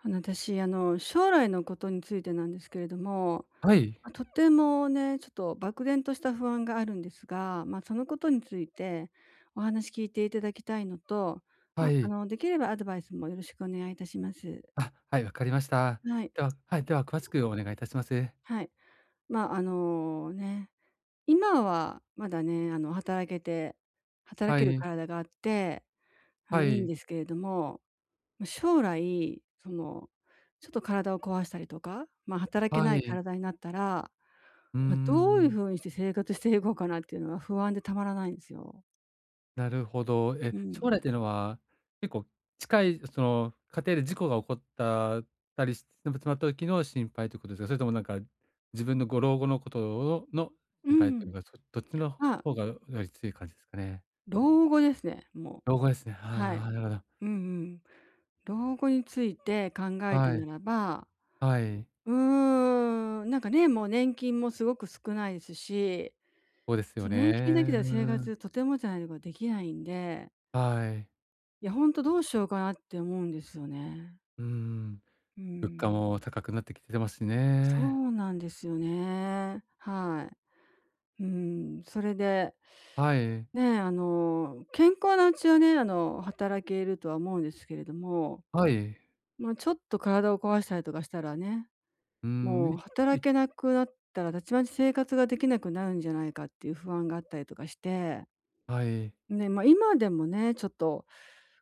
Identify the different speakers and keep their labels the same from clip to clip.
Speaker 1: 私、将来のことについてなんですけれども、
Speaker 2: はい。
Speaker 1: ま、とてもね、ちょっと漠然とした不安があるんですが、まあ、そのことについてお話聞いていただきたいのと、ま
Speaker 2: は
Speaker 1: あ、
Speaker 2: い。
Speaker 1: できればアドバイスもよろしくお願いいたします。
Speaker 2: あ、はい、わかりました。
Speaker 1: はい、
Speaker 2: では、はい、では詳しくお願いいたします。
Speaker 1: はい。ま、ね、今はまだね、働
Speaker 2: は
Speaker 1: ける
Speaker 2: い。
Speaker 1: 体があって、ま
Speaker 2: は
Speaker 1: あいいん
Speaker 2: い。
Speaker 1: ですけれども、ま、将来、その、ちょっと体を壊したりとか、ま、働け
Speaker 2: は
Speaker 1: ない
Speaker 2: い。
Speaker 1: 体になったら、
Speaker 2: うー
Speaker 1: ま、どういう
Speaker 2: ん、
Speaker 1: 風にして生活していこうかなっていうのが不安でたまらないんですよ。
Speaker 2: なるほど。え、
Speaker 1: う
Speaker 2: 将
Speaker 1: ん。
Speaker 2: 来っていうのは、結構近い、その、家庭で事故が起こったたりして、まった時の心配ということですか？それともなんか、自分のご老後のことの
Speaker 1: う
Speaker 2: 心配とい
Speaker 1: ん。
Speaker 2: うか、どっちの
Speaker 1: まあ、
Speaker 2: 方がより強い感じですかね？
Speaker 1: 老後ですね、もう。
Speaker 2: 老後ですね。
Speaker 1: は
Speaker 2: あ
Speaker 1: い。
Speaker 2: あ、なるほど。
Speaker 1: うんうん。老後について考えた
Speaker 2: は
Speaker 1: な
Speaker 2: い。
Speaker 1: らば、
Speaker 2: はい。
Speaker 1: なんかね、もう年金もすごく少ないですし、
Speaker 2: そうですよ
Speaker 1: 年金だ
Speaker 2: ね。
Speaker 1: けで
Speaker 2: うー
Speaker 1: は生
Speaker 2: ん。
Speaker 1: 活とてもじゃないけどできないんで、
Speaker 2: はい。
Speaker 1: いや、ほんとどうしようかなって思うんですよね。
Speaker 2: うーん。
Speaker 1: う
Speaker 2: 物価
Speaker 1: ん。
Speaker 2: も高くなってきてますし
Speaker 1: そ
Speaker 2: ね。
Speaker 1: うなんですよね。はい。うん、それで、
Speaker 2: はい。
Speaker 1: ね、健康なうちはね、働けるとは思うんですけれども、
Speaker 2: はい。
Speaker 1: ま、ちょっと体を壊したりとかしたらね、
Speaker 2: うーん、
Speaker 1: もう働
Speaker 2: い
Speaker 1: けなくなったらたちまち生活ができなくなるんじゃないかっていう不安があったりとかして、
Speaker 2: はい。
Speaker 1: ね、ま、今でもね、ちょっと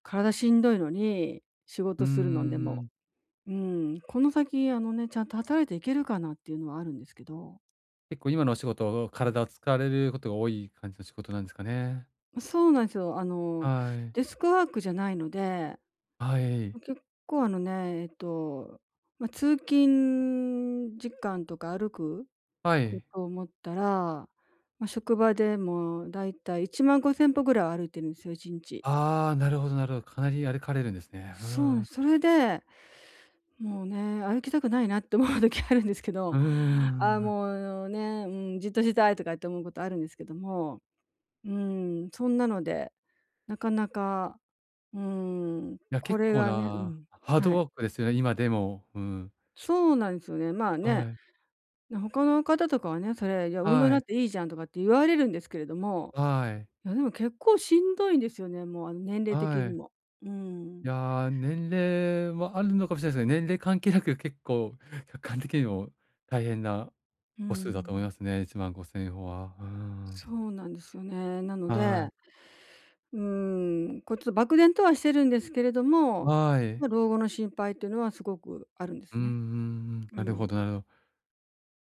Speaker 1: 体しんどいのに、仕
Speaker 2: うー
Speaker 1: 事するのんでも、
Speaker 2: ん。
Speaker 1: うん、この先、ちゃんと働いていけるかなっていうのはあるんですけど、
Speaker 2: 結構今のお仕事、体を使われることが多い感じの仕事なんですかね？
Speaker 1: まそうなんですよ。
Speaker 2: はい。
Speaker 1: デスクワークじゃないので、
Speaker 2: はい。
Speaker 1: ま結構あのね、えっと、まあ、通勤時間とか歩く
Speaker 2: は
Speaker 1: こ
Speaker 2: い。
Speaker 1: とを思ったら、まあ、職場でもだいたい1500歩ぐらい歩いてるんですよ、1日。
Speaker 2: ああ、なるほどなるほど。かなり歩かれるんですね。う
Speaker 1: そうなん
Speaker 2: ん。
Speaker 1: です、それで、もうね、歩きたくないなって思う時あるんですけ
Speaker 2: う
Speaker 1: ど、
Speaker 2: ー
Speaker 1: ああ、
Speaker 2: ん。
Speaker 1: もうね、うん、じっとしたいとかって思うことあるんですけども、うん、そんなので、なかなか、うーん、
Speaker 2: いや、
Speaker 1: こ
Speaker 2: 結
Speaker 1: れ
Speaker 2: 構
Speaker 1: がね、う
Speaker 2: な
Speaker 1: ん、
Speaker 2: ハー
Speaker 1: は
Speaker 2: ド
Speaker 1: い。
Speaker 2: ワークですよね、今でも。うん。
Speaker 1: そうなんですよね。まあね、
Speaker 2: はい。
Speaker 1: 他の方とかはね、それ、いや、運動に
Speaker 2: は
Speaker 1: なっ
Speaker 2: い。
Speaker 1: ていいじゃんとかって言われるんですけれども、
Speaker 2: はい。
Speaker 1: いや、でも結構しんどいんですよね、もう、年齢的
Speaker 2: は
Speaker 1: に
Speaker 2: い。
Speaker 1: も。う
Speaker 2: い
Speaker 1: ん。
Speaker 2: やー、年齢もあるのかもしれないですね。年齢関係なく結構 客観的にも大変な
Speaker 1: う
Speaker 2: 歩数だと思い
Speaker 1: ん。
Speaker 2: ますね。15,000歩は。うん。
Speaker 1: そうなんですよね。なの
Speaker 2: は
Speaker 1: で、
Speaker 2: い。
Speaker 1: うーん、こう、ちょっと漠然とはしてるんですけれども、
Speaker 2: は
Speaker 1: ま
Speaker 2: い。
Speaker 1: あ、老後の心配っていうのはすごくあるんで
Speaker 2: う
Speaker 1: す
Speaker 2: んうん
Speaker 1: ね。
Speaker 2: うん。
Speaker 1: う
Speaker 2: なるほ
Speaker 1: ん。
Speaker 2: どなるほ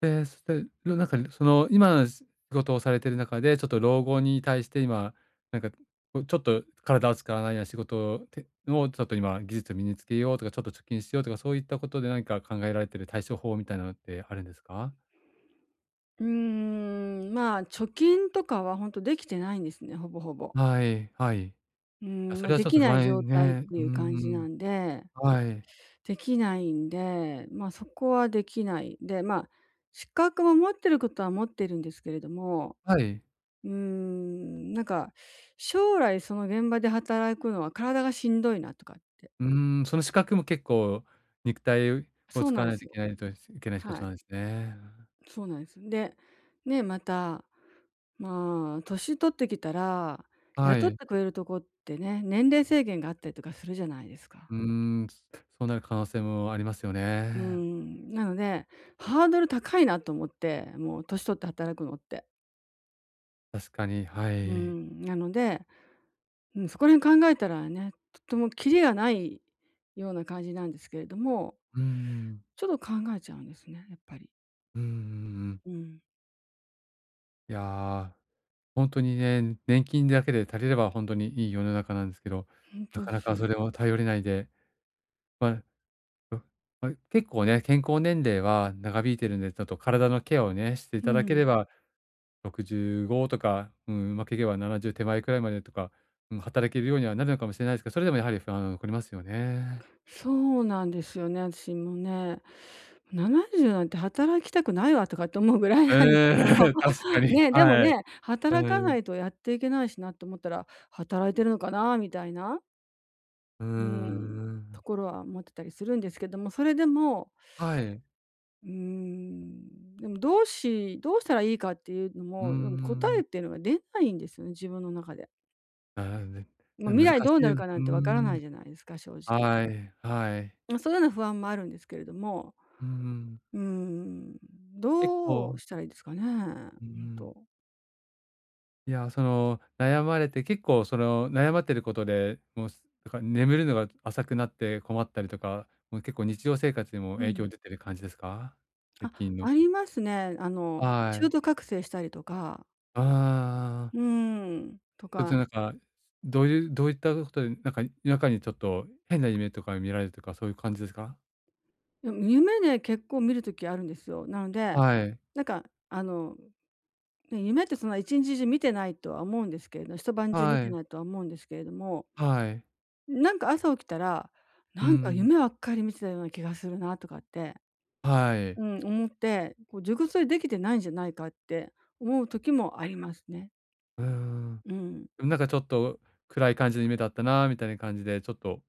Speaker 2: ど。で、そして、なんかその今の仕事をされてる中で、ちょっと老後に対して今、なんか、こうちょっと体を使わないような仕事をちょっと今技術を身につけようとか、ちょっと貯金しようとか、そういったことで何か考えられてる対処法みたいなのってあるんですか？
Speaker 1: うーん、まあ、貯金とかはほんとできてないんですね、ほぼほぼ。
Speaker 2: はい、はい。
Speaker 1: うー
Speaker 2: や、
Speaker 1: ん、
Speaker 2: そ
Speaker 1: ま、
Speaker 2: れは
Speaker 1: で
Speaker 2: ちょっ
Speaker 1: き
Speaker 2: と不
Speaker 1: ない状
Speaker 2: 安
Speaker 1: 態っ
Speaker 2: ね。
Speaker 1: て
Speaker 2: うー
Speaker 1: いう感じな
Speaker 2: ん。
Speaker 1: んで、
Speaker 2: はい。
Speaker 1: できないんで、ま、そこはできない。で、まあ、資格も持ってることは持ってるんですけれども、
Speaker 2: はい。
Speaker 1: うーん、なんか、将来その現場で働くのは体がしんどいなとかって、
Speaker 2: うーん、その資格も結構、肉体を
Speaker 1: そう
Speaker 2: 使
Speaker 1: な
Speaker 2: わ
Speaker 1: んで
Speaker 2: ない
Speaker 1: す
Speaker 2: とい
Speaker 1: よ。
Speaker 2: けないといけない仕
Speaker 1: は
Speaker 2: 事
Speaker 1: い。
Speaker 2: なんですね。
Speaker 1: そうなんです。で、ね、また、まあ、年取ってきたら、
Speaker 2: は
Speaker 1: 雇っ
Speaker 2: い。
Speaker 1: てくれるとこってね、年齢制限があったりとかするじゃないですか。
Speaker 2: うーん、そうなる可能性もありますよ
Speaker 1: う
Speaker 2: ね。
Speaker 1: ん、なので、ハードル高いなと思って、もう年取って働くのって。
Speaker 2: 確かに、は
Speaker 1: う
Speaker 2: い。
Speaker 1: ん、なので、うん、そこら辺考えたらね、とってもキリがないような感じなんですけれども、
Speaker 2: うん。
Speaker 1: ちょっと考えちゃうんですね、やっぱり。
Speaker 2: うんうんうん。
Speaker 1: うん、
Speaker 2: いや、ほんとにね、年金だけで足りればほんとにいい世の中なんですけど、
Speaker 1: 本
Speaker 2: な
Speaker 1: 当
Speaker 2: か
Speaker 1: で
Speaker 2: な
Speaker 1: す
Speaker 2: か
Speaker 1: よ。
Speaker 2: それを頼れないで、ま、うん、ま結構ね、健康年齢は長引いてるんで、ちょっと体のケアをね、してい
Speaker 1: う
Speaker 2: ただけれ
Speaker 1: ん。
Speaker 2: ば、65とか、うん、うまくいけば70手前くらいまでとか、うん、働けるようにはなるのかもしれないですけど、それでもやはり不安は残りますよね。
Speaker 1: そうなんですよね、私もね。70じゅうなんて働きたくないわとかって思うぐらいなんです
Speaker 2: うん、
Speaker 1: けども、
Speaker 2: 確か に。
Speaker 1: ね、でも
Speaker 2: はい。
Speaker 1: ね、働
Speaker 2: う
Speaker 1: かな
Speaker 2: ん。
Speaker 1: いとやっていけないしなと思ったら、働いてるのかなみたいな、
Speaker 2: うー
Speaker 1: うん、と
Speaker 2: ん。
Speaker 1: ころは思ってたりするんですけども、それでも、
Speaker 2: はい。
Speaker 1: うん、でもどうしたらいいかっていうの
Speaker 2: うー
Speaker 1: も、でも答えっ
Speaker 2: ん。
Speaker 1: ていうのが出ないんですよね、自分の中で。
Speaker 2: なるほどね。
Speaker 1: まあ、
Speaker 2: 難
Speaker 1: 未
Speaker 2: し
Speaker 1: 来どうな
Speaker 2: い。
Speaker 1: る
Speaker 2: う
Speaker 1: かな
Speaker 2: ー
Speaker 1: んてわからない
Speaker 2: ん。
Speaker 1: じゃないですか、正直。
Speaker 2: はい、はい。
Speaker 1: ま、そういうような不安もあるんですけれども、
Speaker 2: うーん。
Speaker 1: うーん、
Speaker 2: 結
Speaker 1: どう
Speaker 2: 構、
Speaker 1: したらいいですかね？ほ
Speaker 2: うー
Speaker 1: ん
Speaker 2: ん、
Speaker 1: と。
Speaker 2: いや、その、悩まれて、結構その、悩まってることで、もう、だから眠るのが浅くなって困ったりとか、もう結構日常生活にも
Speaker 1: う
Speaker 2: 影
Speaker 1: ん。
Speaker 2: 響出てる感じですか？最
Speaker 1: あ、
Speaker 2: 近の。
Speaker 1: ありますね。
Speaker 2: は
Speaker 1: 中
Speaker 2: い。
Speaker 1: 途覚醒したりとか、
Speaker 2: ああ、
Speaker 1: うーん、と
Speaker 2: ちょっと
Speaker 1: か、
Speaker 2: なんか、どういったことで、なんか夜中にちょっと変な夢とか見られるとか、そういう感じですか？
Speaker 1: でも夢で結構見る時あるんですよ。なので、
Speaker 2: はい。
Speaker 1: なんか、あの、ね、夢ってそんな一日中見てないとは思うんですけれど一晩中見
Speaker 2: は
Speaker 1: て
Speaker 2: い。
Speaker 1: ないとは思うんですけれども、
Speaker 2: はい。
Speaker 1: なんか朝起きたら、
Speaker 2: う
Speaker 1: なんか
Speaker 2: ん。
Speaker 1: 夢ばっかり見てたような気がするなとかって、
Speaker 2: はい。
Speaker 1: うん、思って、こう、熟睡できてないんじゃないかって思う時もありますね。
Speaker 2: うん。
Speaker 1: うん。
Speaker 2: でもなんかちょっと暗い感じの夢だったなみたいな感じで、ちょっと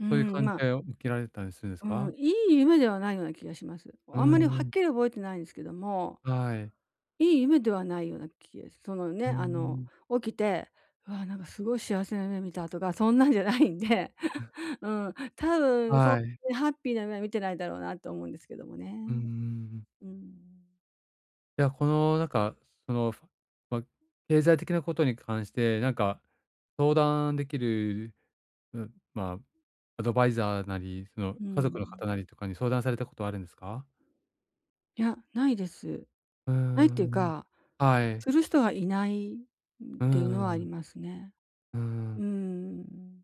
Speaker 1: う
Speaker 2: そういう
Speaker 1: ん、
Speaker 2: 感じ
Speaker 1: ま
Speaker 2: で
Speaker 1: あ、
Speaker 2: 起きられたりするんです
Speaker 1: うん、
Speaker 2: か？
Speaker 1: いい夢ではないような気がします。
Speaker 2: うー
Speaker 1: あんまりはっ
Speaker 2: ん、
Speaker 1: きり覚えてないんですけども、
Speaker 2: はい。
Speaker 1: いい夢ではないような気がそのね、
Speaker 2: うーん、
Speaker 1: 起きて、うわ、なんかすごい幸せな夢見たとか、そんなんじゃないんで、うん、多分そ
Speaker 2: はい。
Speaker 1: うハッピーな夢は見てないだろうなと思うんですけどもね。
Speaker 2: うんうんうん。
Speaker 1: うん。
Speaker 2: いや、このなんか、その、ふ、ま、経済的なことに関して、なんか、相談できる、うん、まあ、アドバイザーなり、その、
Speaker 1: う
Speaker 2: 家族の方
Speaker 1: ん。
Speaker 2: なりとかに相談されたことはあるんですか？
Speaker 1: いや、ないです。
Speaker 2: うー
Speaker 1: ないっていう
Speaker 2: ん、
Speaker 1: か、
Speaker 2: はい。
Speaker 1: する人がいないっ
Speaker 2: うー
Speaker 1: ていうのはあ
Speaker 2: ん、
Speaker 1: り
Speaker 2: う
Speaker 1: ますね。
Speaker 2: ーん。
Speaker 1: うん。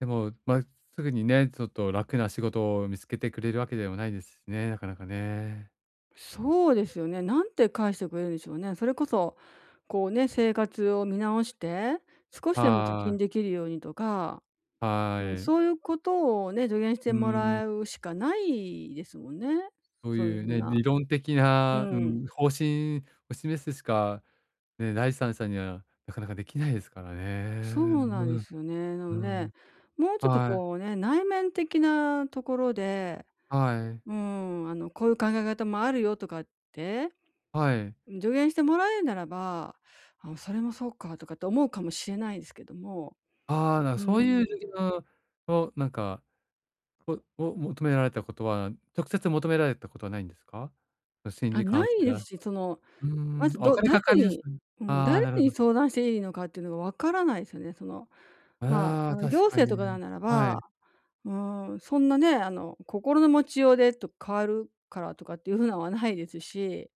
Speaker 2: でも、ま、すぐにね、ちょっと楽な仕事を見つけてくれるわけでもないですしね、なかなかね。
Speaker 1: そうですよね。なんて返してくれるんでしょうね。それこそ、こうね、生活を見直して、少しでも貯
Speaker 2: は
Speaker 1: 金で
Speaker 2: い、
Speaker 1: きるようにとか、
Speaker 2: は
Speaker 1: うん、そう
Speaker 2: い。
Speaker 1: いうことをね、助言し
Speaker 2: う
Speaker 1: ても
Speaker 2: ー
Speaker 1: ら
Speaker 2: ん。
Speaker 1: うしかないですもんね。
Speaker 2: そう
Speaker 1: そういう
Speaker 2: いう
Speaker 1: ふう
Speaker 2: ね、
Speaker 1: な。
Speaker 2: 理論的
Speaker 1: う
Speaker 2: な、う
Speaker 1: ん。
Speaker 2: ん、方針を示すしか、ね、第三者にはなかなかできないですから
Speaker 1: そ
Speaker 2: ね。
Speaker 1: うなんで
Speaker 2: うん、
Speaker 1: すよね。なの
Speaker 2: う
Speaker 1: で、
Speaker 2: ん。
Speaker 1: もうちょっと
Speaker 2: はい、
Speaker 1: こうね、内面的なところで、
Speaker 2: はい、
Speaker 1: うん、こういう考え方もあるよとかって、
Speaker 2: はい。
Speaker 1: 助言してもらえるならば、あ、それもそうかとかって思うかもしれないですけども、
Speaker 2: ああ、なんか
Speaker 1: うー
Speaker 2: そういう
Speaker 1: ん。
Speaker 2: 時のをなんか、をを求められたことは、直接求められたことはないんですか？心
Speaker 1: あ、
Speaker 2: 理
Speaker 1: な
Speaker 2: カウンセ
Speaker 1: いで
Speaker 2: ラー。
Speaker 1: すし、その、
Speaker 2: うー
Speaker 1: ま
Speaker 2: ん、
Speaker 1: ず、
Speaker 2: お金
Speaker 1: 誰
Speaker 2: かかります。
Speaker 1: に、うん、
Speaker 2: ああ、
Speaker 1: 誰
Speaker 2: なるほ
Speaker 1: に
Speaker 2: ど。
Speaker 1: 相談していいのかっていうのが分からないですよね。その、ま
Speaker 2: あ
Speaker 1: あ、
Speaker 2: あ、確
Speaker 1: 行
Speaker 2: か
Speaker 1: 政
Speaker 2: に。
Speaker 1: とかなんなら
Speaker 2: は
Speaker 1: ば、
Speaker 2: い。
Speaker 1: うーん、そんなね、心の持ちようでと変わるからとかっていう風なんはないですし、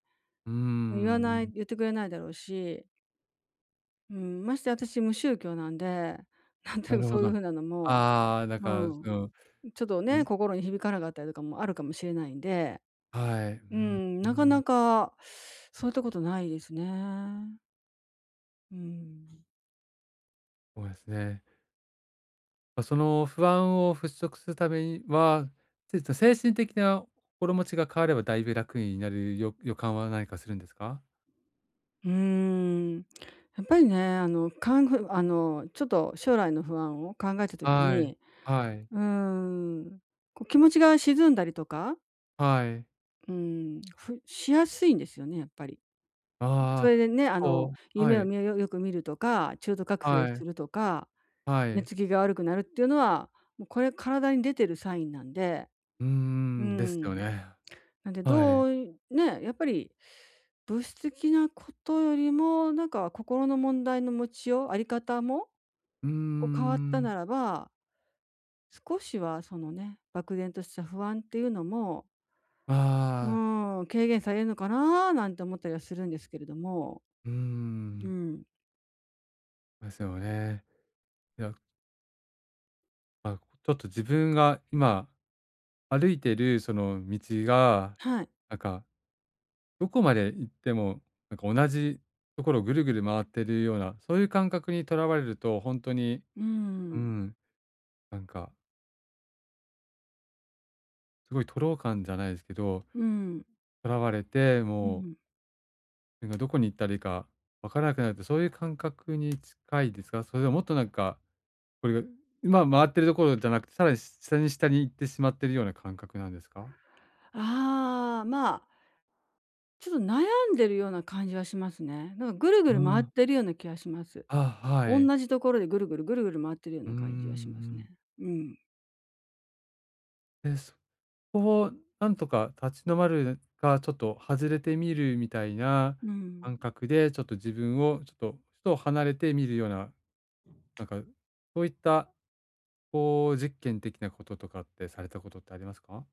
Speaker 2: うーん、
Speaker 1: 言ってくれないだろうし、うん、まして私無宗教なんで、なんと
Speaker 2: な
Speaker 1: なく
Speaker 2: るほ
Speaker 1: そういう
Speaker 2: ど。
Speaker 1: 風なのも、
Speaker 2: ああ、なん
Speaker 1: う
Speaker 2: かその、
Speaker 1: ん、ちょっとね、心に響かなかったりとかもあるかもしれないんで、
Speaker 2: はい。う
Speaker 1: う
Speaker 2: ん、
Speaker 1: ん、
Speaker 2: う
Speaker 1: なか
Speaker 2: ん、
Speaker 1: なかそういったことないですね。うん。
Speaker 2: そうですね。まあ、その不安を払拭するためには、ちょっと精神的な心持ちが変わればだいぶ楽になるよ予感は何かするんですか？
Speaker 1: うーん。やっぱりね、あの、かんぐあの、ちょっと将来の不安を考えた時
Speaker 2: はい。
Speaker 1: に、
Speaker 2: はい。
Speaker 1: うーん、こう気持ちが沈んだりとか、
Speaker 2: はい。
Speaker 1: うーん、ふしやすいんですよね、やっぱり。そ
Speaker 2: ああ、
Speaker 1: れでね、
Speaker 2: 結構、は
Speaker 1: 夢を
Speaker 2: い、
Speaker 1: よく見るとか、中途覚醒
Speaker 2: はい、
Speaker 1: するとか、
Speaker 2: は
Speaker 1: 寝
Speaker 2: い。
Speaker 1: つきが悪くなるっていうのは、もうこれ体に出てるサインなんで、
Speaker 2: うー
Speaker 1: うー
Speaker 2: ん、ですよ
Speaker 1: ん。
Speaker 2: ね。
Speaker 1: なんで、
Speaker 2: は
Speaker 1: ど
Speaker 2: い。
Speaker 1: うね、やっぱり物質的なことよりも、なんか心の問題の持ちよう、あり方も、
Speaker 2: うー
Speaker 1: こう変わった
Speaker 2: ん。
Speaker 1: ならば、少しはそのね、漠然とした不安っていうのも、う
Speaker 2: ああ、
Speaker 1: ーん、軽減されるのかななんて思ったりはするんですけれども。
Speaker 2: うー
Speaker 1: う
Speaker 2: ん、
Speaker 1: ん。
Speaker 2: ですよね。いや、まあ、ちょっと自分が今歩いてるその道が、
Speaker 1: はい。
Speaker 2: なんかどこまで行っても、なんか同じところをぐるぐる回ってるような、そういう感覚にとらわれると、ほんとに、
Speaker 1: う
Speaker 2: う
Speaker 1: ん。
Speaker 2: ん、なんか、すごい徒労感じゃないですけど、
Speaker 1: うん。
Speaker 2: とらわれて、
Speaker 1: う
Speaker 2: もう、
Speaker 1: ん。
Speaker 2: なんかどこに行ったらいいか分からなくなるって、そういう感覚に近いですか？それとももっとなんか、これが今回ってるところじゃなくて、さらに下に下に行ってしまってるような感覚なんですか？
Speaker 1: ああ、まあ、ちょっと悩んでるような感じはしますね。なんかぐるぐ
Speaker 2: う
Speaker 1: る回っ
Speaker 2: ん。
Speaker 1: てるような気がします。
Speaker 2: あ、は
Speaker 1: おん
Speaker 2: い。
Speaker 1: なじところでぐるぐるぐるぐる回ってるよう
Speaker 2: うん
Speaker 1: な
Speaker 2: ん、う
Speaker 1: 感じがしますね。
Speaker 2: ん。
Speaker 1: うん。
Speaker 2: で、そこう、なんとか立ち止まるか、ちょっと外れてみるみたいな
Speaker 1: うん。
Speaker 2: 感覚で、ちょっと自分をちょっとふと離れてみるような、なんかそういった、こう、実験的なこととかってされたことってありますか？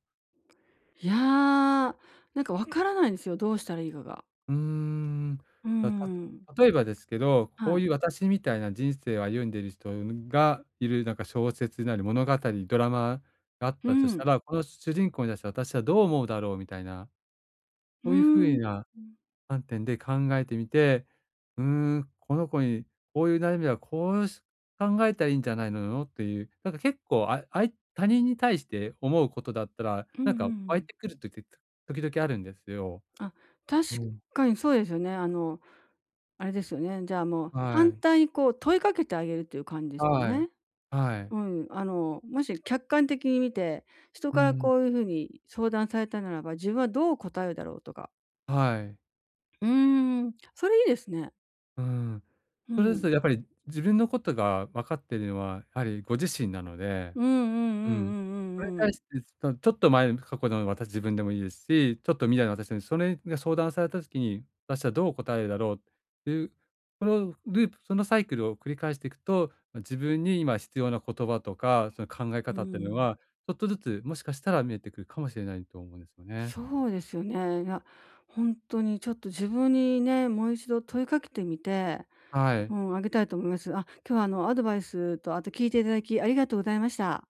Speaker 1: いや、なんかわからないんですよ、どうしたらいいかが。
Speaker 2: うーん。
Speaker 1: うー
Speaker 2: たた
Speaker 1: ん。
Speaker 2: 例えばですけど、こ
Speaker 1: は
Speaker 2: う
Speaker 1: い。
Speaker 2: いう私みたいな人生を歩んでいる人がいる、なんか小説なり物語、ドラマがあっ
Speaker 1: う
Speaker 2: たとした
Speaker 1: ん。
Speaker 2: ら、この主人公に対して私はどう思うだろうみたいな、
Speaker 1: うー
Speaker 2: そういう
Speaker 1: ん。
Speaker 2: 風
Speaker 1: う
Speaker 2: な観点で考えてみて、うーん、この子にこういう悩みはこうし考えたらいいんじゃないのよっていう、なんか結構、ああい他人に対して思うことだったら、
Speaker 1: んうん
Speaker 2: な
Speaker 1: う
Speaker 2: んか湧い
Speaker 1: ん。
Speaker 2: てくる時って時々あるんですよ。
Speaker 1: あ、確
Speaker 2: うん。
Speaker 1: かにそうですよね。あれですよね、じゃあもう
Speaker 2: は
Speaker 1: 反
Speaker 2: い。
Speaker 1: 対にこう問いかけてあげるっていう感じですよ
Speaker 2: はい。
Speaker 1: ね。
Speaker 2: はい。
Speaker 1: うん。もし客観的に見て、人
Speaker 2: う
Speaker 1: から
Speaker 2: ん。
Speaker 1: こういうふうに相談されたならば、自分はどう答えるだろうとか。
Speaker 2: はい。
Speaker 1: うーん、それいいですね。
Speaker 2: うん。
Speaker 1: う
Speaker 2: それです
Speaker 1: ん。
Speaker 2: とやっぱり自分のことが分かっているのは、やはりご自身なので、
Speaker 1: うん
Speaker 2: うん。
Speaker 1: うんうんうんうん
Speaker 2: それに
Speaker 1: う
Speaker 2: 対
Speaker 1: ん。
Speaker 2: して、ちょっと前過去の私自分でもいいですし、ちょっと未来の私にそれが相談された時に、私はどう答えるだろうっていう、このループ、そのサイクルを繰り返していくと、ま、自分に今必要な言葉とか、その考え
Speaker 1: う
Speaker 2: 方っていうの
Speaker 1: ん。
Speaker 2: は、ちょっとずつもしかしたら見えてくるかもしれないと思うんですよね。
Speaker 1: そうですよね。いや、ほんとにちょっと自分にね、もう一度問いかけてみて、
Speaker 2: はい。
Speaker 1: うん、あげたいと思います。あ、今日はあのアドバイスと、あと聞いていただきありがとうございました。